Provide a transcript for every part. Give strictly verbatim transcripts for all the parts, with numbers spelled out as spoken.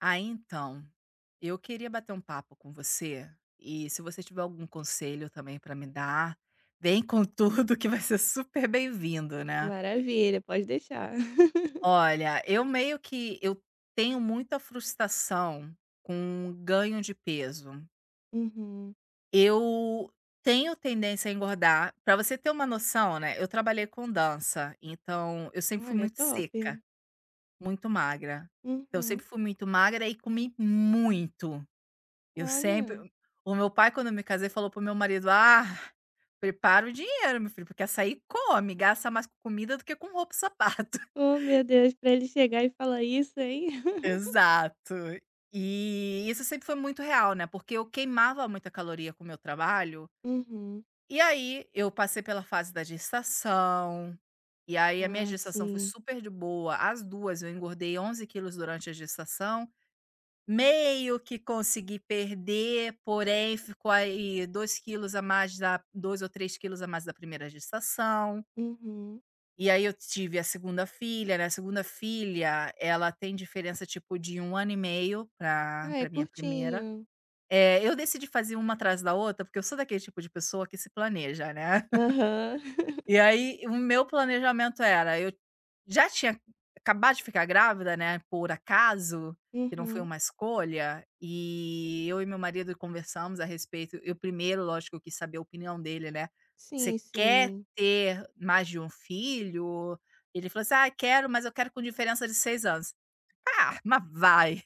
Ah, então, eu queria bater um papo com você e se você tiver algum conselho também para me dar, vem com tudo que vai ser super bem-vindo, né. Maravilha, pode deixar. Olha, eu meio que eu tenho muita frustração com ganho de peso. Uhum. Eu tenho tendência a engordar. Para você ter uma noção, né, eu trabalhei com dança, então eu sempre fui Olha, muito top. seca, muito magra. Então, eu Uhum. sempre fui muito magra e comi muito. Eu sempre Olha. o meu pai, quando eu me casei, falou para o meu marido: "Ah, prepara o dinheiro, meu filho, porque açaí come, gasta mais com comida do que com roupa e sapato". Oh, meu Deus, pra ele chegar e falar isso, hein? Exato. E isso sempre foi muito real, né, porque eu queimava muita caloria com o meu trabalho, Uhum. e aí eu passei pela fase da gestação, e aí a minha Ah, gestação foi sim. super de boa, as duas. Eu engordei onze quilos durante a gestação. Meio que consegui perder, porém ficou aí dois quilos a mais da dois ou três quilos a mais da primeira gestação. Uhum. E aí eu tive a segunda filha, né, a segunda filha, ela tem diferença, tipo, de um ano e meio para Ah, é para minha primeira. curtinho. Eh, eu decidi fazer uma atrás da outra, porque eu sou daquele tipo de pessoa que se planeja, né. Aham. E aí, o meu planejamento era, eu já tinha acabado de ficar grávida, né, por acaso, que não foi Uhum. uma escolha, e eu e meu marido conversamos a respeito. Eu primeiro, lógico, quis saber a opinião dele, né. "Você Sim, quer sim. ter mais de um filho?" Ele falou assim: "Ah, quero, mas eu quero com diferença de seis anos". Ah, mas vai,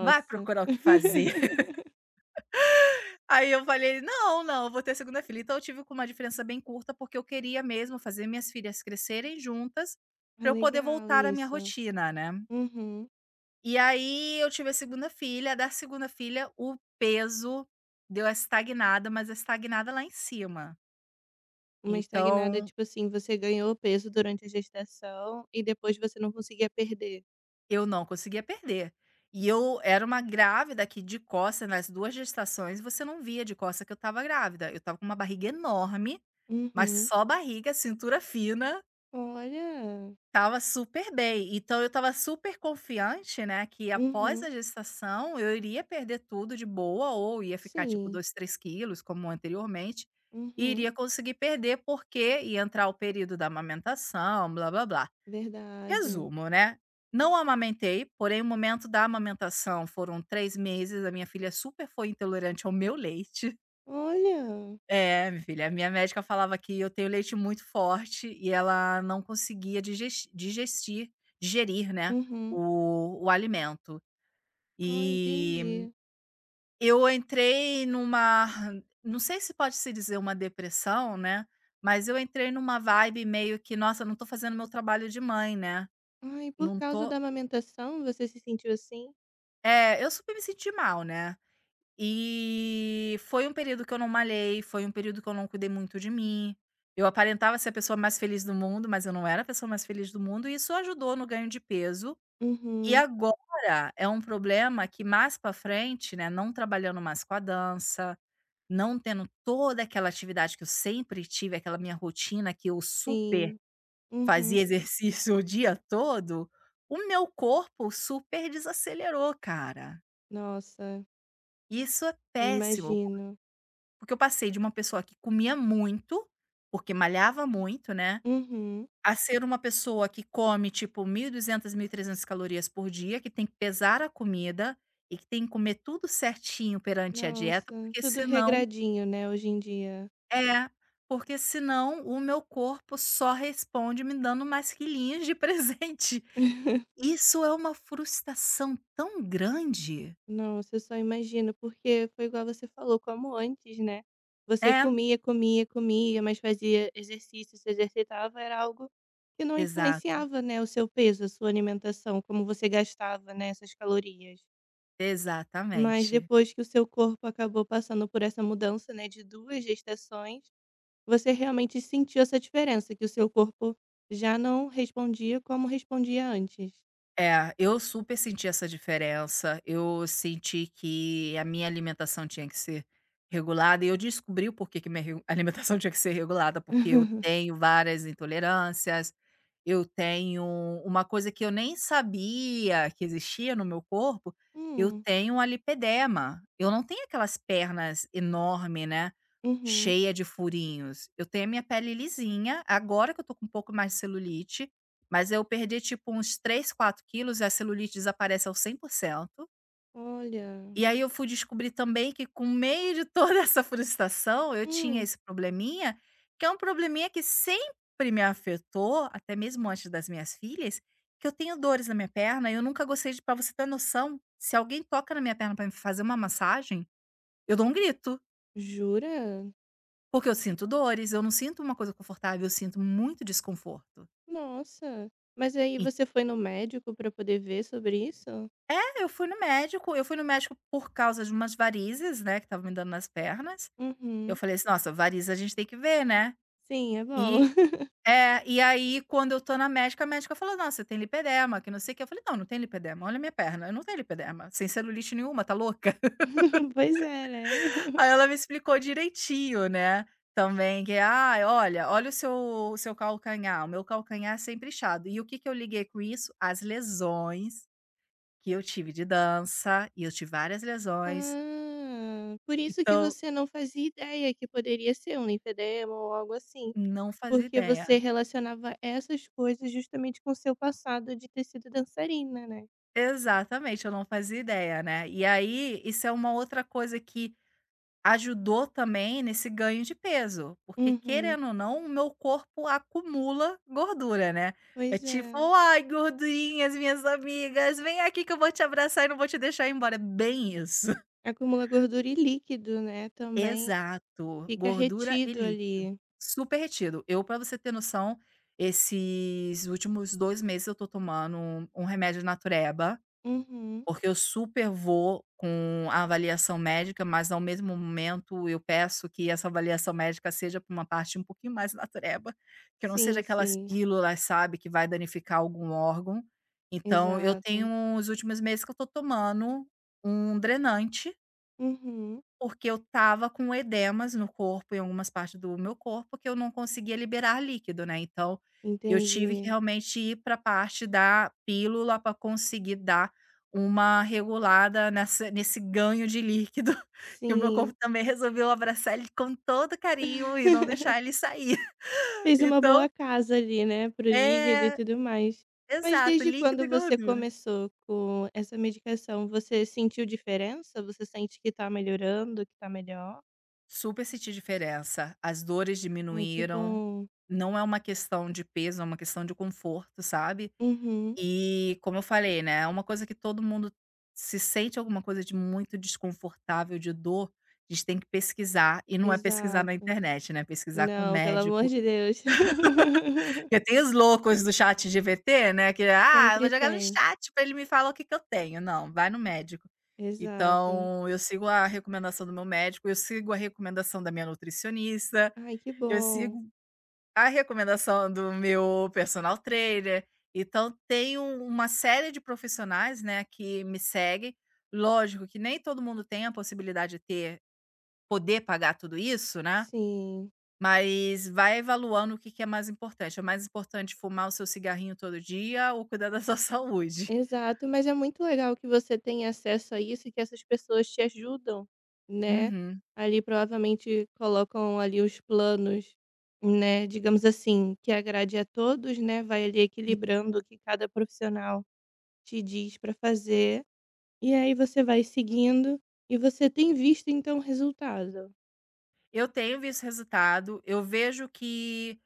vai procurar o que fazer. Aí eu falei: "Não, não, eu vou ter a segunda filha". Então eu tive com uma diferença bem curta, porque eu queria mesmo fazer minhas filhas crescerem juntas, Ah, para eu poder legal voltar à minha isso. rotina, né. Uhum. E aí eu tive a segunda filha, da segunda filha o peso deu a estagnada, mas a estagnada lá em cima. Uma estagnada, Então, tipo assim, você ganhou peso durante a gestação e depois você não conseguia perder. eu não conseguia perder. E eu era uma grávida que de costa, nas duas gestações você não via de costa que eu estava grávida, eu estava com uma barriga enorme, mas Uhum. só barriga, cintura fina. Olha. Tava super bem, então eu tava super confiante, né, que após Uhum. a gestação eu iria perder tudo de boa ou ia ficar tipo Sim. dois, três quilos como anteriormente, e Uhum. iria conseguir perder porque ia entrar o período da amamentação, blá-blá-blá. Verdade. Resumo, né, não amamentei, porém o momento da amamentação foram três meses, a minha filha super foi intolerante ao meu leite. Olha. É, minha filha, a minha médica falava que eu tenho leite muito forte e ela não conseguia diges digestir digerir, né, Uhum. o o alimento. Ah, E entendi. eu entrei numa, não sei se pode se dizer uma depressão, né, mas eu entrei numa vibe meio que: "Nossa, não tô fazendo meu trabalho de mãe, né, Ai, por não causa tô". da amamentação, você se sentiu assim? É, eu super me senti mal, né. E foi um período que eu não malhei, foi um período que eu não cuidei muito de mim. Eu aparentava ser a pessoa mais feliz do mundo, mas eu não era a pessoa mais feliz do mundo, e isso ajudou no ganho de peso. E Uhum. agora é um problema que mais para frente, né, não trabalhando mais com a dança, não tendo toda aquela atividade que eu sempre tive, aquela minha rotina que eu super Sim. Uhum. fazia exercício o dia todo, o meu corpo super desacelerou, cara. Nossa, Isso é eu péssimo. imagino. Porque eu passei de uma pessoa que comia muito, porque malhava muito, né, Uhum. a ser uma pessoa que come tipo mil e duzentas, mil e trezentas calorias por dia, que tem que pesar a comida e que tem que comer tudo certinho perante a dieta, Nossa, porque tudo senão, regradinho, né, hoje em dia. é, porque senão o meu corpo só responde me dando mais quilinhos de presente. Isso é uma frustração tão grande. Nossa, eu só imagino, porque foi igual você falou, como antes, né, você É, comia, comia, comia, mas fazia exercício, se exercitava, era algo que não exato, influenciava, né, o seu peso, a sua alimentação, como você gastava, né, essas calorias. Mas exatamente. depois que o seu corpo acabou passando por essa mudança, né, de duas gestações, você realmente sentiu essa diferença, que o seu corpo já não respondia como respondia antes. É, eu super senti essa diferença. Eu senti que a minha alimentação tinha que ser regulada e eu descobri o porquê que minha regu- alimentação tinha que ser regulada, porque eu tenho várias intolerâncias, eu tenho uma coisa que eu nem sabia que existia no meu corpo, eu Hum, tenho a lipedema. Eu não tenho aquelas pernas enormes, né? uhum. Cheia de furinhos. Eu tenho a minha pele lisinha, agora que eu tô com um pouco mais de celulite, mas eu perdi tipo uns três, quatro quilos, a celulite desaparece aos cem por cento. Olha, E aí eu fui descobrir também que, com meio de toda essa frustração, eu tinha hum, esse probleminha, que é um probleminha que sempre me afetou, até mesmo antes das minhas filhas, que eu tenho dores na minha perna e eu nunca gostei de, para você ter noção, se alguém toca na minha perna para me fazer uma massagem, eu dou um grito, jura? porque eu sinto dores, eu não sinto uma coisa confortável, eu sinto muito desconforto. Nossa, mas aí você foi no médico pra poder ver sobre isso? É, eu fui no médico, eu fui no médico por causa de umas varizes, né, que estavam me dando nas pernas. Eu Uhum. falei assim: "Nossa, variz a gente tem que ver, né". Sim, é bom. E é, e aí quando eu tô na médica, a médica falou: "Nossa, você tem lipedema, que não sei o quê". Eu falei: "Não, não tenho lipedema, olha a minha perna, eu não tenho lipedema, sem celulite nenhuma, tá louca?". Pois é, né. Aí ela me explicou direitinho, né, também que: "Ah, olha, olha o seu o seu calcanhar, o meu calcanhar é sempre inchado". E o que que eu liguei com isso? As lesões que eu tive de dança, e eu tive várias lesões. Ah, por isso que Então, você não fazia ideia que poderia ser um linfedema ou algo assim, não fazia porque você ideia. relacionava essas coisas justamente com seu passado de ter sido dançarina, né. Exatamente, eu não fazia ideia, né. E aí, isso é uma outra coisa que ajudou também nesse ganho de peso, porque Uhum. querendo ou não, o meu corpo acumula gordura, né. É Pois tipo: é. "Ai, gordurinhas, minhas amigas, vem aqui que eu vou te abraçar e não vou te deixar ir embora". É bem isso. Acumula gordura e líquido, né, também. Exato, Fica gordura e retido líquido. ali. Super retido. Eu, pra você ter noção, esses últimos dois meses eu tô tomando um um remédio natureba. Uhum. Porque eu super vou com a avaliação médica, mas ao mesmo momento eu peço que essa avaliação médica seja para uma parte um pouquinho mais natureba, que não seja Sim, aquelas sim. pílulas, sabe, que vai danificar algum órgão. Então eu Exato. tenho os últimos meses que eu tô tomando um drenante, Uhum, porque eu tava com edemas no corpo, em algumas partes do meu corpo, que eu não conseguia liberar líquido, né, então eu tive que entendi. realmente ir para a parte da pílula para conseguir dar uma regulada nessa nesse ganho de líquido, que o meu corpo Sim. também resolveu abraçar ele com todo carinho e não deixar ele sair. Fez uma Então boa casa ali, né, pro o líquido e é, tudo mais. Mas exato, desde líquido quando e você gordura. começou com essa medicação, você sentiu diferença? Você sente que tá melhorando, que tá melhor? Super senti diferença, as dores Ai, que diminuíram, bom. não é uma questão de peso, é uma questão de conforto, sabe. Uhum, E, como eu falei, né, é uma coisa que todo mundo, se sente alguma coisa de muito desconfortável, de dor, a gente tem que pesquisar, e não é pesquisar na exato. internet, né, é pesquisar com o Não, pelo amor médico, de Deus. porque tem os loucos do chat ChatGPT, né, que: "Ah, eu vou Sempre jogar no tem. chat pra ele me falar o que que eu tenho". Não, vai no médico. Exato. Então, eu sigo a recomendação do meu médico, eu sigo a recomendação da minha nutricionista, Ai, que eu bom. sigo a recomendação do meu personal trainer, então tem um uma série de profissionais, né, que me seguem. Lógico que nem todo mundo tem a possibilidade de ter poder pagar tudo isso, né, Sim. mas vai avaliando o que que é mais importante. É mais importante fumar o seu cigarrinho todo dia ou cuidar da sua saúde. Exato, mas é muito legal que você tenha acesso a isso e que essas pessoas te ajudam, né, Uhum. ali provavelmente colocam ali os planos, né, digamos assim, que agrade a todos, né, vai ali equilibrando o que cada profissional te diz para fazer, e aí você vai seguindo e você tem visto então o resultado. Eu tenho visto resultado, eu vejo que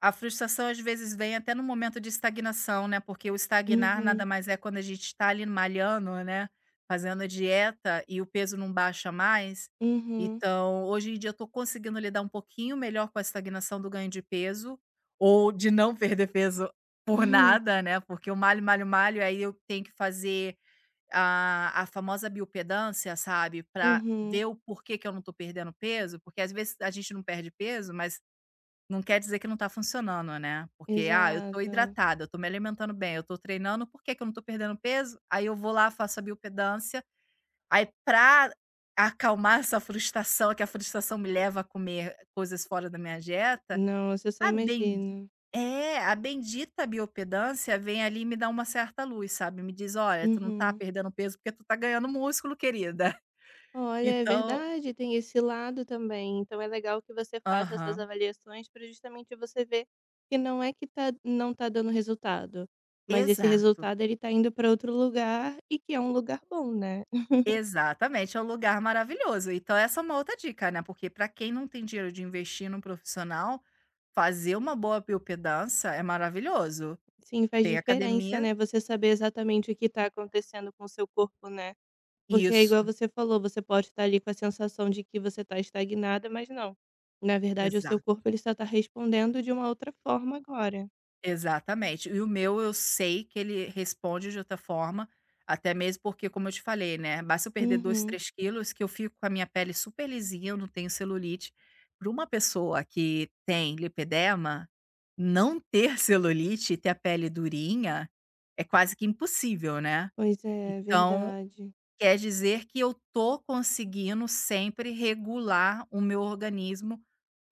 a frustração às vezes vem até no momento de estagnação, né, porque o estagnar nada Uhum, mais é quando a gente está ali malhando, né, fazendo a dieta e o peso não baixa mais. uhum, Então, hoje em dia eu estou conseguindo lidar um pouquinho melhor com a estagnação do ganho de peso, ou de não perder peso por uhum, nada, né, porque eu malho, malho, malho, aí eu tenho que fazer a a famosa biopedância, sabe, para uhum. ver o porquê que eu não tô perdendo peso, porque às vezes a gente não perde peso, mas não quer dizer que não tá funcionando, né. Porque, ah, eu tô Exato. hidratada, eu tô me alimentando bem, eu tô treinando, por que que eu não tô perdendo peso? Aí eu vou lá, faço a bioimpedância, aí pra acalmar essa frustração, que a frustração me leva a comer coisas fora da minha dieta, Não, você só a ben imagina. é, a bendita biopedância vem ali e me dá uma certa luz, sabe, me diz: "Olha, tu não tá Uhum. perdendo peso porque tu tá ganhando músculo, querida". Olha, é Então verdade, tem esse lado também. Então é legal que você faça essas aham, avaliações para justamente você ver que não é que tá, não tá dando resultado, mas esse exato, resultado ele tá indo para outro lugar e que é um lugar bom, né? exatamente, é um lugar maravilhoso. Então essa é uma outra dica, né, porque para quem não tem dinheiro de investir num profissional, fazer uma boa bioimpedância é maravilhoso. Sim, faz Tem diferença, academia né? Você saber exatamente o que tá acontecendo com o seu corpo, né? Porque é igual isso, você falou, você pode estar ali com a sensação de que você tá estagnada, mas não. Na verdade, o seu exato. corpo ele só tá respondendo de uma outra forma agora. Exatamente. E o meu Eu sei que ele responde de outra forma, até mesmo porque, como eu te falei, né, basta eu perder dois Uhum. três quilos que eu fico com a minha pele super lisinha, eu não tenho celulite. Para uma pessoa que tem lipedema, não ter celulite e ter a pele durinha é quase que impossível, né. Pois é, Então, verdade. quer dizer que eu tô conseguindo sempre regular o meu organismo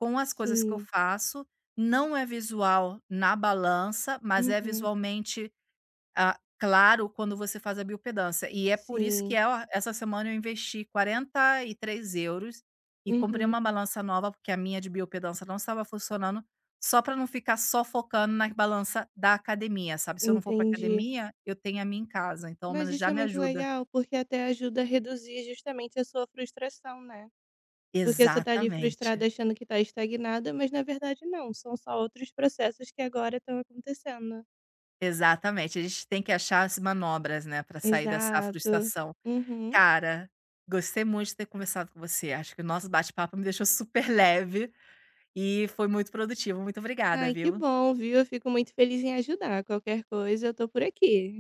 com as coisas que eu Sim. faço. Não é visual na balança, mas é Uhum. visualmente, ah, claro, quando você faz a biopedância. E é por isso que, Sim. eh, essa semana eu investi quarenta e três euros e comprei Uhum. uma balança nova, porque a minha de biopedância não estava funcionando, só para não ficar só focando na balança da academia, sabe. Se eu não for para Entendi. academia, eu tenho a minha em casa, então ao Mas menos já isso é me muito ajuda. legal, porque até ajuda a reduzir justamente a sua frustração, né. Porque você tá ali Exatamente, frustrada achando que tá estagnada, mas na verdade não, são só outros processos que agora estão acontecendo. exatamente. A gente tem que achar as manobras, né, para sair dessa Exato. frustração. Uhum. Cara, gostei muito de ter conversado com você. Acho que o nosso bate-papo me deixou super leve e foi muito produtivo. Muito obrigada, Ai, que viu? bom, viu. Eu fico muito feliz em ajudar. Qualquer coisa eu tô por aqui.